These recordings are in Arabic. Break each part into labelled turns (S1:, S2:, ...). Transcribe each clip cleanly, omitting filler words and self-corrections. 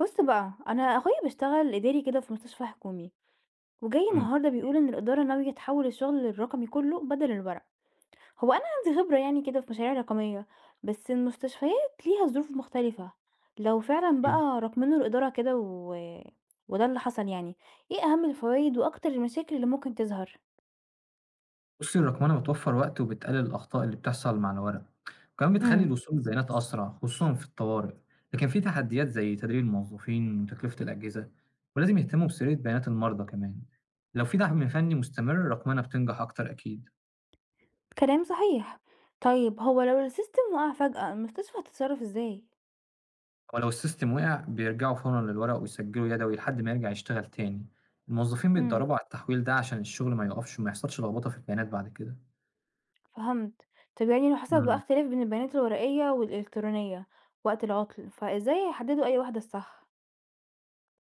S1: بُص بقى، أنا أخويا بيشتغل إداري كده في مستشفى حكومي، وجاي
S2: إمم،
S1: النهارده بيقول إن الإدارة ناوية تحوّل الشغل للرقمي كلّه بدل الورق. هو أنا عندي خبرة يعني كده في مشاريع رقمية، بس المستشفيات ليها ظروف مختلفة. لو فعلًا
S2: أكيد.
S1: بقى راكمين الإدارة كده وده اللي حصل يعني، إيه أهم الفوايد وأكتر المشاكل اللي ممكن تظهر؟
S2: بُصّي الرقمنة بتوفّر وقت وبتقلل الأخطاء اللي بتحصل مع الورق، وكمان بتخلّي
S1: امم،
S2: الوصول للبيانات أسرع خصوصًا في الطوارئ، لكن في تحديات زي تدريب الموظفين وتكلفة الأجهزة، ولازم يهتموا بسرية بيانات المرضى كمان. لو في دعم فني مستمر الرقمنة بتنجح أكتر أكيد،
S1: كلام صحيح. طيب هو لو السيستم وقع فجأة المستشفى هتتصرّف إزاي؟
S2: ولو السيستم وقع بيرجعوا فورًا للورق ويسجلوا يدوي لحد ما يرجع يشتغل تاني. الموظفين
S1: امم.
S2: بيتدربوا على التحويل ده عشان الشغل ما يقفش وما يحصلش لخبطة في البيانات بعد كده.
S1: فهمت. طب يعني لو حصل بقى
S2: إمم.
S1: اختلاف بين البيانات الورقية والإلكترونية وقت العطل فازاي هيحددوا أي واحدة الصح؟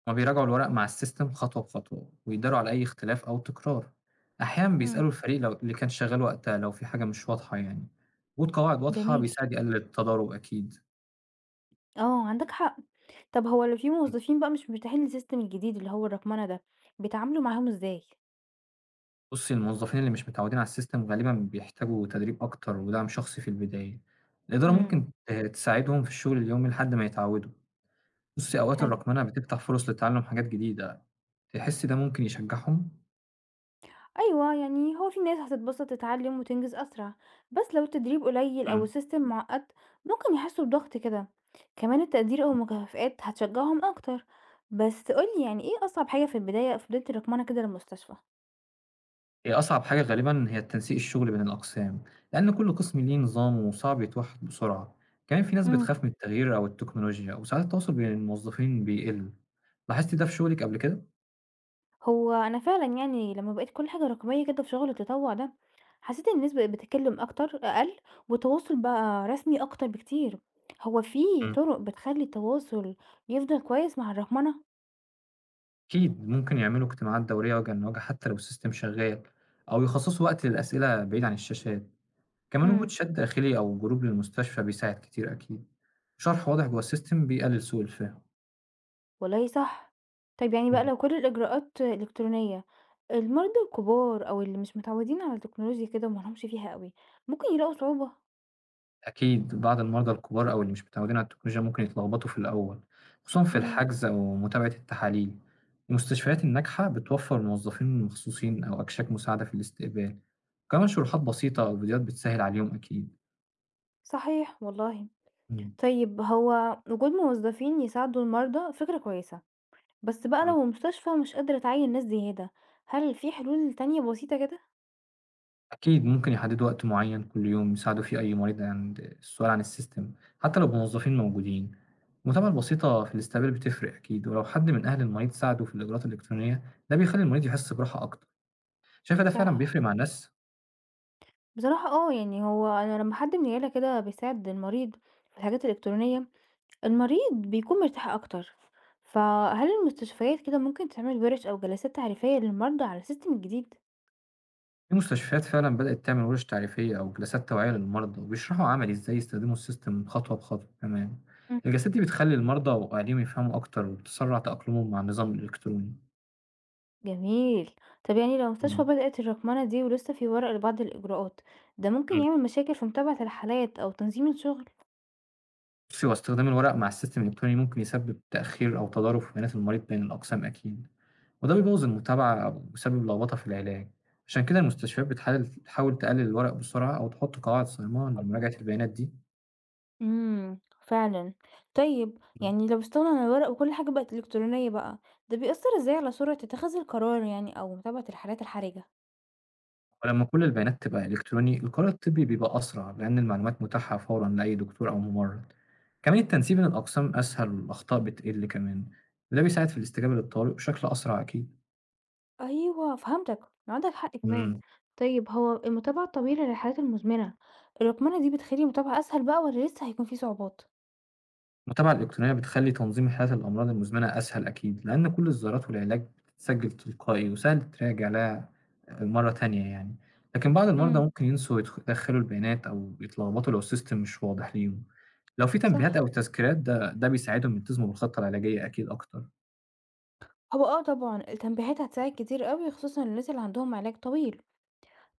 S2: هما بيراجعوا الورق مع السيستم خطوة بخطوة ويداروا على أي اختلاف أو تكرار، أحيانا بيسألوا
S1: مم.
S2: الفريق لو اللي كان شغال وقتها لو في حاجة مش واضحة يعني، وجود قواعد واضحة
S1: جميل.
S2: بيساعد يقلل التضارب أكيد.
S1: اه، عندك حق. طب هو لو في
S2: مم.
S1: موظفين بقى مش مرتاحين للسيستم الجديد اللي هو الرقمنة ده بيتعاملوا معاهم ازاي؟
S2: بصي الموظفين اللي مش متعودين على السيستم غالبا بيحتاجوا تدريب أكتر ودعم شخصي في البداية، الإدارة
S1: مم.
S2: ممكن تساعدهم في الشغل اليومي لحد ما يتعودوا، بصي أوقات
S1: حلو.
S2: الرقمنة بتفتح فرص لتعلم حاجات جديدة، تحسي ده ممكن يشجعهم؟
S1: أيوة، يعني هو في ناس هتتبسط تتعلم وتنجز أسرع، بس لو التدريب قليل أو
S2: مم.
S1: السيستم معقد ممكن يحسوا بضغط كده. كمان التقدير أو المكافآت هتشجعهم أكتر. بس قولي، يعني ايه أصعب حاجة في بداية الرقمنة كده للمستشفى؟
S2: هي أصعب حاجة غالبًا هي تنسيق الشغل بين الأقسام، لأن كل قسم ليه نظامه وصعب يتوحد بسرعة، كمان في ناس
S1: إمم.
S2: بتخاف من التغيير أو التكنولوجيا، وساعات التواصل بين الموظفين بيقل، لاحظتِ ده في شغلِك قبل كده؟
S1: هو أنا فعلًا يعني لمّا بقيت كل حاجة رقمية كده في شغل التطوع ده، حسيت إن الناس بقت بتتكلم أقل، والتواصل بقى رسمي أكتر بكتير. هو في
S2: مم.
S1: طرق بتخلّي التواصل يفضل كويس مع الرقمنة؟
S2: أكيد ممكن يعملوا اجتماعات دورية وجهًا لوجه حتى لو السيستم شغال، أو يخصصوا وقت للأسئلة بعيد عن الشاشات، كمان وجود
S1: إمم،
S2: شات داخلي أو جروب للمستشفى بيساعد كتير أكيد، شرح واضح جوه السيستم بيقلل سوء الفهم.
S1: والله صح. طيب يعني بقى لو كل الإجراءات إلكترونية، المرضى الكبار أو اللي مش متعودين على التكنولوجيا كده وما لهمش فيها أوي، ممكن يلاقوا صعوبة؟
S2: أكيد بعض المرضى الكبار أو اللي مش متعودين على التكنولوجيا ممكن يتلخبطوا في الأول، خصوصا في
S1: إمم،
S2: الحجز أو متابعة التحاليل. المستشفيات الناجحة بتوفر موظفين مخصوصين أو أكشاك مساعدة في الاستقبال، كمان شروحات بسيطة أو فيديوهات بتسهل عليهم أكيد.
S1: صحيح والله.
S2: مم.
S1: طيب هو وجود موظفين يساعدوا المرضى فكرة كويسة، بس بقى
S2: مم.
S1: لو المستشفى مش قادرة تعين ناس زيادة، هل في حلول تانية بسيطة كده؟
S2: أكيد ممكن يحددوا وقت معين كل يوم يساعدوا فيه أي مريض عند السؤال عن السيستم، حتى لو بموظفين موجودين. المتابعة البسيطة في الاستقبال بتفرق أكيد، ولو حد من أهل المريض ساعده في الإجراءات الإلكترونية ده بيخلي المريض يحس براحة أكتر. شايفة ده فعلا
S1: صح.
S2: بيفرق مع الناس؟
S1: بصراحة اه، يعني هو أنا لما حد من العيلة كده بيساعد المريض في الحاجات الإلكترونية المريض بيكون مرتاح أكتر. فهل المستشفيات كده ممكن تعمل ورش أو جلسات تعريفية للمرضى على السيستم الجديد؟
S2: في مستشفيات فعلا بدأت تعمل ورش تعريفية أو جلسات توعية للمرضى وبيشرحوا عملي إزاي يستخدموا السيستم خطوة بخطوة كمان.
S1: مم.
S2: الجلسات دي بتخلي المرضى وأهاليهم يفهموا أكتر وبتسرع تأقلمهم مع النظام الإلكتروني.
S1: جميل. طب يعني لو المستشفى
S2: مم.
S1: بدأت الرقمنة دي ولسه في ورق لبعض الإجراءات ده ممكن
S2: مم.
S1: يعمل مشاكل في متابعة الحالات أو تنظيم الشغل؟
S2: بصي هو استخدام الورق مع السيستم الإلكتروني ممكن يسبب تأخير أو تضارب في بيانات المريض بين الأقسام أكيد، وده بيبوظ المتابعة أو بيسبب لخبطة في العلاج. عشان كده المستشفيات بتحاول تحاول تقلل الورق بسرعة أو تحط قواعد صيانة لمراجعة البيانات دي.
S1: إمم، فعلًا. طيب يعني لو استغنوا عن الورق وكل حاجة بقت إلكترونية بقى، ده بيأثّر إزاي على سرعة اتخاذ القرار يعني أو متابعة الحالات الحرجة؟
S2: ولما كل البيانات تبقى إلكتروني القرار الطبي بيبقى أسرع لأن المعلومات متاحة فورا لأي دكتور أو ممرض، كمان التنسيق بين الأقسام أسهل والأخطاء بتقل كمان، وده بيساعد في الاستجابة للطوارئ بشكل أسرع أكيد.
S1: أيوه فهمتك، عندك حق كمان.
S2: مم.
S1: طيب هو المتابعة الطويلة للحالات المزمنة، الرقمنة دي بتخلي المتابعة أسهل بقى والّا لسه هيكون في صعوبات؟
S2: المتابعة الإلكترونية بتخلي تنظيم حالات الأمراض المزمنة أسهل أكيد، لأن كل الزيارات والعلاج بتتسجل تلقائي وسهل تراجع لها مرة تانية يعني. لكن بعض المرضى
S1: إمم،
S2: ممكن ينسوا يدخلوا البيانات أو يتلخبطوا لو السيستم مش واضح ليهم. لو في تنبيهات
S1: صح.
S2: أو تذكيرات ده بيساعدهم يلتزموا بالخطة العلاجية أكيد أكتر.
S1: هو آه طبعًا، التنبيهات هتساعد كتير أوي خصوصًا للناس اللي عندهم علاج طويل.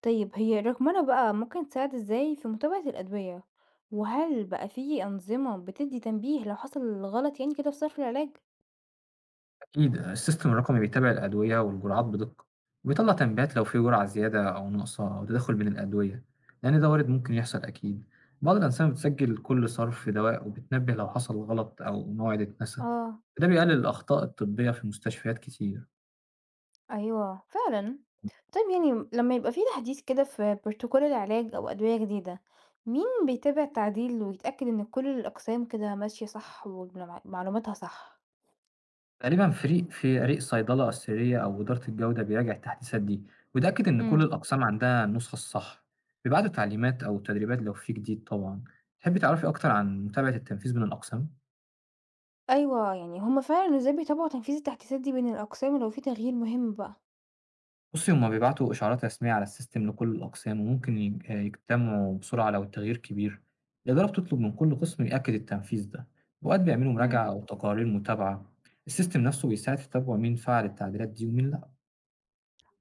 S1: طيب هي الرقمنة بقى ممكن تساعد ازاي في متابعة الأدوية، وهل بقى في أنظمة بتدي تنبيه لو حصل غلط يعني كده في صرف العلاج؟
S2: أكيد السيستم الرقمي بيتابع الأدوية والجرعات بدقة، وبيطلع تنبيهات لو في جرعة زيادة أو ناقصة أو تدخل بين الأدوية، لأن ده وارد ممكن يحصل أكيد. بعض الأنسنة بتسجل كل صرف في دواء وبتنبه لو حصل غلط أو موعد اتنسى،
S1: اه،
S2: ده بيقلل الأخطاء الطبية في مستشفيات كتير.
S1: ايوه فعلا. طيب يعني لما يبقى في تحديث كده في بروتوكول العلاج او ادويه جديده، مين بيتابع التعديل ويتاكد ان كل الاقسام كده ماشيه صح ومعلوماتها صح؟
S2: تقريبا فريق صيدلة السرية أو إدارة الجودة بيراجع التحديثات دي ويتأكد إن كل
S1: امم.
S2: الأقسام عندها النسخة الصح. بيبعتوا تعليمات أو تدريبات لو في جديد طبعا. تحبي تعرفي أكتر عن متابعة التنفيذ بين الأقسام؟
S1: ايوه، يعني هما فعلا ازاي بيتابعوا تنفيذ التحديثات دي بين الاقسام لو في تغيير مهم
S2: بُصّي، هُم بيبعتوا إشعارات رسمية على السيستم لكل الأقسام، وممكن يج آه، يجتمعوا بسرعة لو التغيير كبير. الإدارة بتطلب من كل قسم يأكد التنفيذ ده، وأوقات بيعملوا مراجعة
S1: بقى؟
S2: أو تقارير متابعة. السيستم نفسه بيساعد في تتابعوا مين فعل التعديلات دي ومين لأ.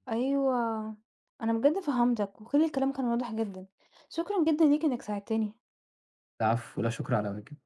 S1: أيوه. أنا بجد فهمتك، وكل الكلام كان واضح جدًا. شكرًا جدًا ليك إنك ساعدتني.
S2: العفو، لا شكر على واجب.